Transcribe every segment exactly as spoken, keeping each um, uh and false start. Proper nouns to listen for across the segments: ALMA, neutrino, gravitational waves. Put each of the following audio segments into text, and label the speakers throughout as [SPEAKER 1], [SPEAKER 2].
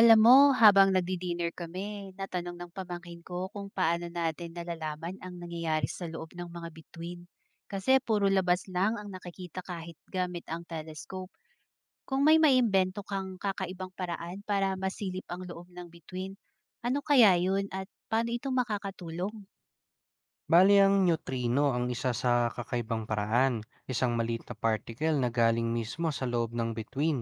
[SPEAKER 1] Alam mo, habang nagdi-dinner kami, natanong ng pamangkin ko kung paano natin nalalaman ang nangyayari sa loob ng mga bituin. Kasi puro labas lang ang nakikita kahit gamit ang telescope. Kung may maimbento kang kakaibang paraan para masilip ang loob ng bituin, ano kaya yun at paano ito makakatulong?
[SPEAKER 2] Bali ang neutrino ang isa sa kakaibang paraan, isang maliit na particle na galing mismo sa loob ng bituin.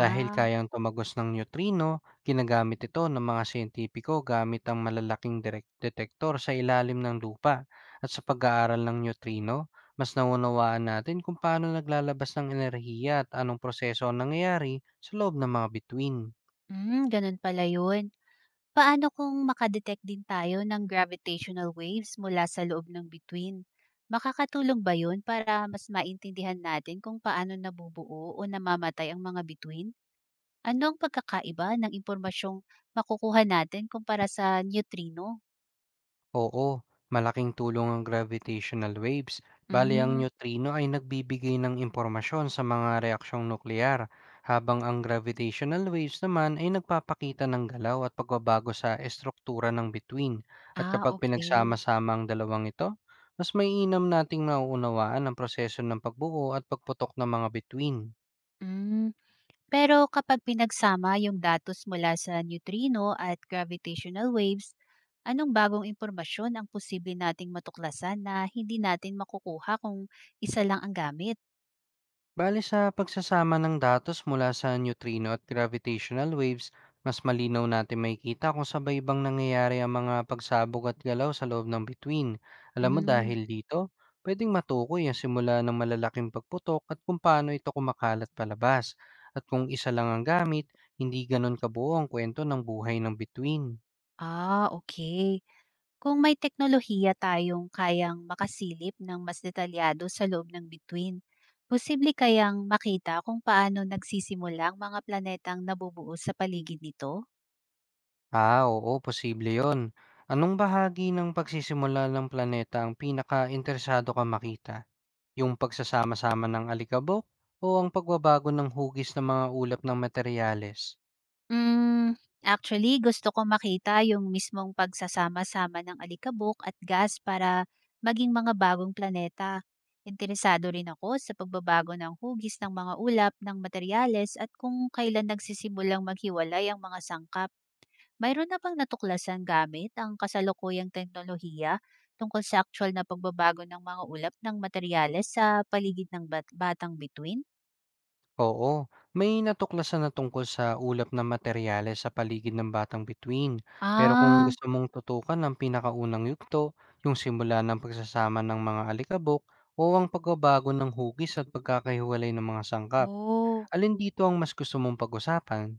[SPEAKER 2] Dahil kayang tumagos ng neutrino, ginagamit ito ng mga siyentipiko gamit ang malalaking direk- detektor sa ilalim ng lupa. At sa pag-aaral ng neutrino, mas naunawaan natin kung paano naglalabas ng enerhiya at anong proseso ang nangyayari sa loob ng mga bituin.
[SPEAKER 1] mm, Ganun pala yun. Paano kung makadetect din tayo ng gravitational waves mula sa loob ng bituin? Makakatulong ba yun para mas maintindihan natin kung paano nabubuo o namamatay ang mga bituin? Ano ang pagkakaiba ng impormasyong makukuha natin kumpara sa neutrino?
[SPEAKER 2] Oo, malaking tulong ang gravitational waves. Bali ang
[SPEAKER 1] Mm.
[SPEAKER 2] neutrino ay nagbibigay ng impormasyon sa mga reaksyong nuklear, habang ang gravitational waves naman ay nagpapakita ng galaw at pagbabago sa estruktura ng bituin. At
[SPEAKER 1] Ah,
[SPEAKER 2] kapag
[SPEAKER 1] okay.
[SPEAKER 2] pinagsama-sama ang dalawang ito, mas maiinam nating nauunawaan ang proseso ng pagbuo at pagputok ng mga bituin.
[SPEAKER 1] Mm. Pero kapag pinagsama yung datos mula sa neutrino at gravitational waves, anong bagong impormasyon ang posible nating matuklasan na hindi natin makukuha kung isa lang ang gamit?
[SPEAKER 2] Bale sa pagsasama ng datos mula sa neutrino at gravitational waves, mas malinaw natin makikita kung sabay bang nangyayari ang mga pagsabog at galaw sa loob ng bituin. Alam mo,
[SPEAKER 1] Mm.
[SPEAKER 2] dahil dito, pwedeng matukoy ang simula ng malalaking pagputok at kung paano ito kumakalat palabas. At kung isa lang ang gamit, hindi ganun kabuo ang kwento ng buhay ng bituin.
[SPEAKER 1] Ah, okay. Kung may teknolohiya tayong kayang makasilip ng mas detalyado sa loob ng bituin, posible kayang makita kung paano nagsisimula ang mga planetang nabubuo sa paligid nito?
[SPEAKER 2] Ah, oo, posible yon. Anong bahagi ng pagsisimula ng planeta ang pinaka-interesado ka makita? Yung pagsasama-sama ng alikabok o ang pagbabago ng hugis ng mga ulap ng materyales?
[SPEAKER 1] Hmm, actually gusto ko makita yung mismong pagsasama-sama ng alikabok at gas para maging mga bagong planeta. Interesado rin ako sa pagbabago ng hugis ng mga ulap ng materyales at kung kailan nagsisimulang maghiwalay ang mga sangkap. Mayroon na bang natuklasan gamit ang kasalukuyang teknolohiya tungkol sa actual na pagbabago ng mga ulap ng materyales sa paligid ng bat- batang bituin?
[SPEAKER 2] Oo, may natuklasan na tungkol sa ulap ng materyales sa paligid ng Batang Bituin. Pero kung
[SPEAKER 1] Ah,
[SPEAKER 2] gusto mong tutukan ang pinakaunang yugto, yung simula ng pagsasama ng mga alikabok o ang pagbabago ng hugis at pagkakahiwalay ng mga sangkap,
[SPEAKER 1] oo.
[SPEAKER 2] alin dito ang mas gusto mong pag-usapan?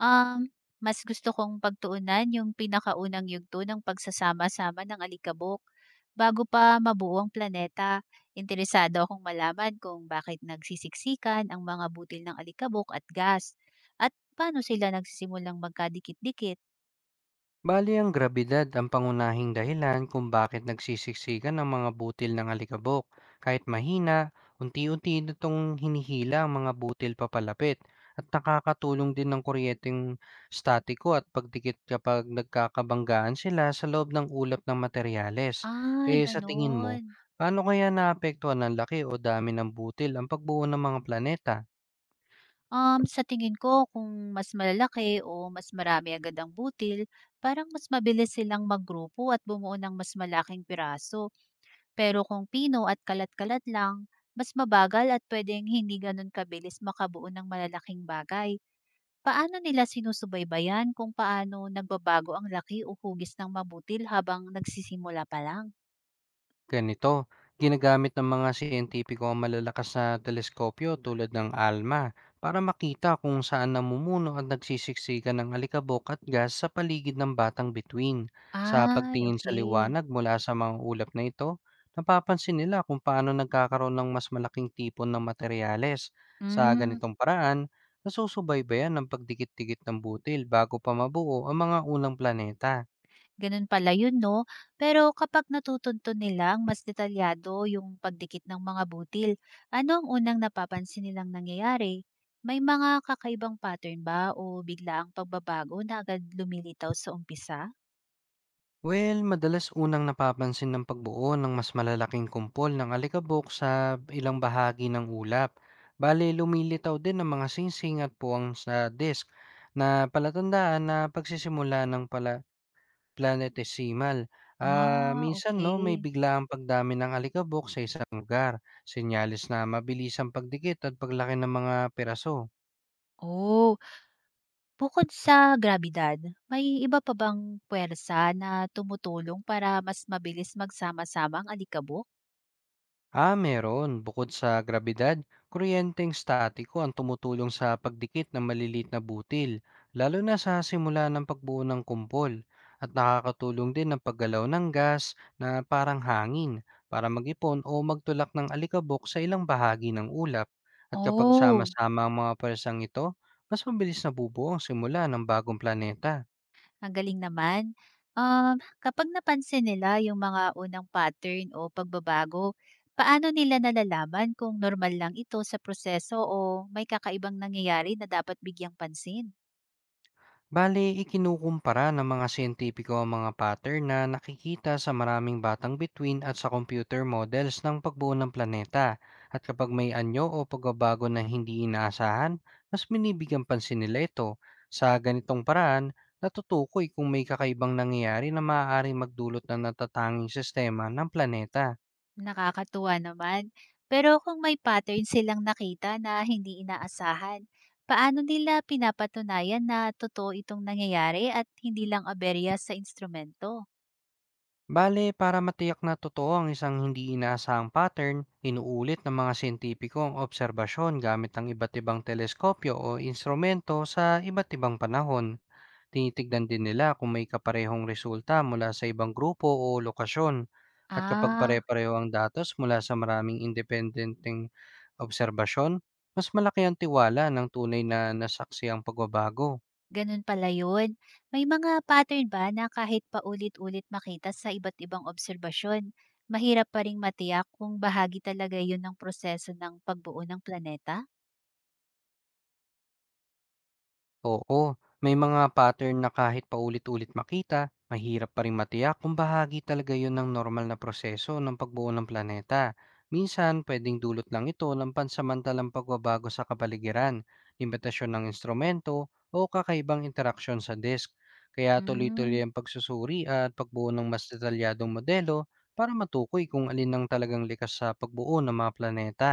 [SPEAKER 1] Um, Mas gusto kong pagtuunan yung pinakaunang yugto ng pagsasama-sama ng alikabok bago pa mabuo ang planeta. Interesado akong malaman kung bakit nagsisiksikan ang mga butil ng alikabok at gas at paano sila nagsisimulang magkadikit-dikit.
[SPEAKER 2] Bali ang grabidad ang pangunahing dahilan kung bakit nagsisiksikan ang mga butil ng alikabok. Kahit mahina, unti-unti nitong hinihila ang mga butil papalapit at nakakatulong din ng kuryenteng statiko at pagdikit kapag nagkakabanggaan sila sa loob ng ulap ng materyales.
[SPEAKER 1] Ay,
[SPEAKER 2] Eh sa tingin mo,
[SPEAKER 1] ganun.
[SPEAKER 2] paano kaya naapektuhan ng laki o dami ng butil ang pagbuo ng mga planeta?
[SPEAKER 1] Um, sa tingin ko, kung mas malalaki o mas marami agad ang butil, parang mas mabilis silang maggrupo at bumuo ng mas malaking piraso. Pero kung pino at kalat-kalat lang, mas mabagal at pwedeng hindi ganun kabilis makabuo ng malalaking bagay. Paano nila sinusubaybayan kung paano nagbabago ang laki o hugis ng mabutil habang nagsisimula pa lang?
[SPEAKER 2] Ganito, ginagamit ng mga siyentipiko ang malalakas na teleskopyo tulad ng ALMA para makita kung saan namumuno at nagsisiksikan ng alikabok at gas sa paligid ng batang bituin. Sa
[SPEAKER 1] Ay,
[SPEAKER 2] pagtingin sa
[SPEAKER 1] okay.
[SPEAKER 2] liwanag mula sa mga ulap na ito, napapansin nila kung paano nagkakaroon ng mas malaking tipon ng materyales. Sa
[SPEAKER 1] Hmm.
[SPEAKER 2] ganitong paraan, nasusubaybayan ng pagdikit-dikit ng butil bago pa mabuo ang mga unang planeta.
[SPEAKER 1] Ganun pala yun 'no? Pero kapag natutunto nilang mas detalyado yung pagdikit ng mga butil, ano ang unang napapansin nilang nangyayari? May mga kakaibang pattern ba o biglaang pagbabago na agad lumilitaw sa umpisa?
[SPEAKER 2] Well, madalas unang napapansin ng pagbuo ng mas malalaking kumpol ng alikabok sa ilang bahagi ng ulap. Bale, lumilitaw din ang mga singsing at puwang sa disk na palatandaan na pagsisimula ng pala planetesimal. Ah,
[SPEAKER 1] Ah,
[SPEAKER 2] minsan no, may
[SPEAKER 1] okay.
[SPEAKER 2] biglaang pagdami ng alikabok sa isang lugar, senyales na mabilis ang pagdikit at paglaki ng mga piraso.
[SPEAKER 1] Oh, bukod sa grabidad, may iba pa bang puwersa na tumutulong para mas mabilis magsama-sama ang alikabok?
[SPEAKER 2] Ah, meron. Bukod sa grabidad, kuryenteng statiko ang tumutulong sa pagdikit ng malilit na butil, lalo na sa simula ng pagbuo ng kumpol. At nakakatulong din ang paggalaw ng gas na parang hangin para mag-ipon o magtulak ng alikabok sa ilang bahagi ng ulap. At kapag
[SPEAKER 1] Oh.
[SPEAKER 2] sama-sama ang mga pwersang ito, mas mabilis na bubuo ang simula ng bagong planeta.
[SPEAKER 1] Ang galing naman. Um, Kapag napansin nila yung mga unang pattern o pagbabago, paano nila nalalaman kung normal lang ito sa proseso o may kakaibang nangyayari na dapat bigyang pansin?
[SPEAKER 2] Bale, ikinukumpara ng mga siyentipiko ang mga pattern na nakikita sa maraming batang bituin at sa computer models ng pagbuo ng planeta. At kapag may anyo o pagbabago na hindi inaasahan, mas binibigyan pansin nila ito. Sa ganitong paraan, natutukoy kung may kakaibang nangyayari na maaaring magdulot ng natatanging sistema ng planeta.
[SPEAKER 1] Nakakatuwa naman. Pero kung may pattern silang nakita na hindi inaasahan, paano nila pinapatunayan na totoo itong nangyayari at hindi lang aberya sa instrumento?
[SPEAKER 2] Bale, para matiyak na totoo ang isang hindi inaasahang pattern, inuulit ng mga sintipiko ang obserbasyon gamit ang iba't ibang teleskopyo o instrumento sa iba't ibang panahon. Tinitignan din nila kung may kaparehong resulta mula sa ibang grupo o lokasyon. At kapag
[SPEAKER 1] Ah,
[SPEAKER 2] pare-pareho ang datos mula sa maraming independenteng obserbasyon, mas malaki ang tiwala ng tunay na nasaksi ang pagbabago.
[SPEAKER 1] ganun pala yun. May mga pattern ba na kahit paulit-ulit makita sa iba't ibang obserbasyon, mahirap pa ring matiyak kung bahagi talaga yun ng proseso ng pagbuo ng planeta?
[SPEAKER 2] Oo, may mga pattern na kahit paulit-ulit makita, mahirap pa rin matiyak kung bahagi talaga yon ng normal na proseso ng pagbuo ng planeta. Minsan, pwedeng dulot lang ito ng pansamantalang pagbabago sa kapaligiran, limitasyon ng instrumento, o kakaibang interaksyon sa disk. Kaya
[SPEAKER 1] Mm,
[SPEAKER 2] tuloy-tuloy ang pagsusuri at pagbuo ng mas detalyadong modelo para matukoy kung alin ang talagang likas sa pagbuo ng mga planeta.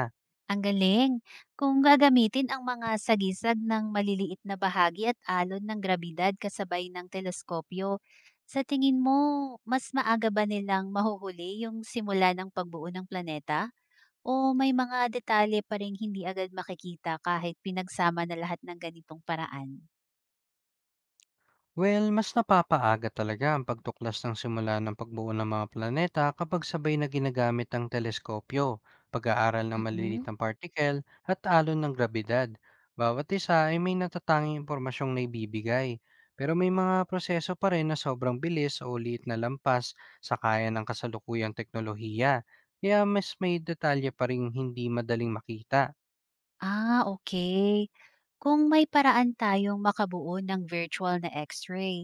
[SPEAKER 1] ang galing! Kung gagamitin ang mga sagisag ng maliliit na bahagi at alon ng grabidad kasabay ng teleskopyo, sa tingin mo, mas maaga ba nilang mahuhuli yung simula ng pagbuo ng planeta? O may mga detalye pa ring hindi agad makikita kahit pinagsama na lahat ng ganitong paraan?
[SPEAKER 2] Well, mas napapaaga talaga ang pagtuklas ng simula ng pagbuo ng mga planeta kapag sabay na ginagamit ang teleskopyo, pag-aaral ng maliliit
[SPEAKER 1] Mm.
[SPEAKER 2] na particle, at alon ng grabidad. Bawat isa ay may natatanging impormasyong naibibigay, pero may mga proseso pa rin na sobrang bilis o liit na lampas sa kaya ng kasalukuyang teknolohiya, kaya mas may detalye pa rin hindi madaling makita.
[SPEAKER 1] Ah, okay. Kung may paraan tayong makabuo ng virtual na X-ray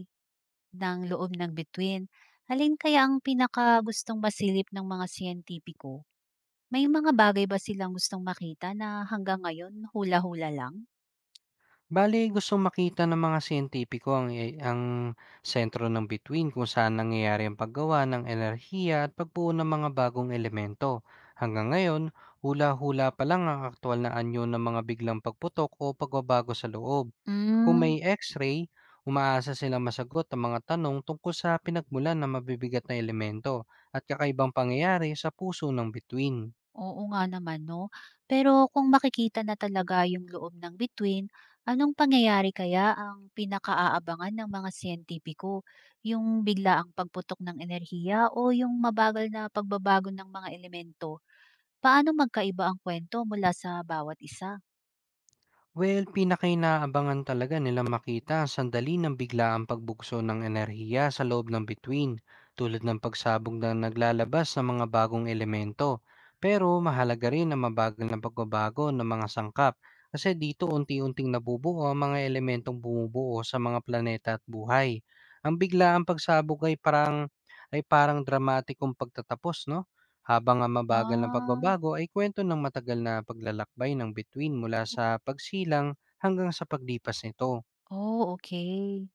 [SPEAKER 1] ng loob ng bituin, alin kaya ang pinaka gustong masilip ng mga siyentipiko? May mga bagay ba silang gustong makita na hanggang ngayon hula-hula lang?
[SPEAKER 2] Bale, gustong makita ng mga siyentipiko ang e ang sentro ng bituin kung saan nangyayari ang paggawa ng enerhiya at pagbuo ng mga bagong elemento. Hanggang ngayon, hula-hula pa lang ang aktual na anyo ng mga biglang pagputok o pagbabago sa loob. Kung
[SPEAKER 1] Hmm.
[SPEAKER 2] may x-ray, umaasa silang masagot ang mga tanong tungkol sa pinagmulan ng mabibigat na elemento at kakaibang pangyayari sa puso ng bituin.
[SPEAKER 1] Oo nga naman 'no. Pero kung makikita na talaga yung loob ng bituin, anong pangyayari kaya ang pinakaaabangan ng mga siyentipiko? Yung bigla ang pagputok ng enerhiya o yung mabagal na pagbabago ng mga elemento? Paano magkaiba ang kwento mula sa bawat isa?
[SPEAKER 2] Well, pinakainaabangan talaga nilang makita ang sandali ng biglaang pagbukso ng enerhiya sa loob ng bituin, tulad ng pagsabog na naglalabas ng mga bagong elemento. Pero mahalaga rin ang mabagal na pagbabago ng mga sangkap, kasi dito unti-unting nabubuo ang mga elementong bumubuo sa mga planeta at buhay. Ang biglaang pagsabog ay parang ay parang dramatikong pagtatapos, no? Habang ang mabagal na
[SPEAKER 1] Ah,
[SPEAKER 2] pagbabago ay kwento ng matagal na paglalakbay ng bituin mula sa pagsilang hanggang sa paglipas nito.
[SPEAKER 1] oh, okay.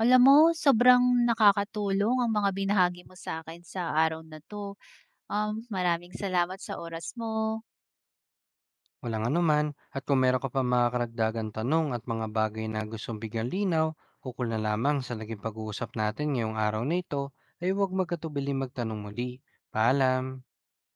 [SPEAKER 1] Alam mo, sobrang nakakatulong ang mga binahagi mo sa akin sa araw na 'to. Um, maraming salamat sa oras mo.
[SPEAKER 2] Walang anuman, at kung meron ka pa mga karagdagan tanong at mga bagay na gustong bigyan linaw, ukol na lamang sa naging pag-uusap natin ngayong araw na ito, ay huwag magkatubili magtanong muli. Paalam!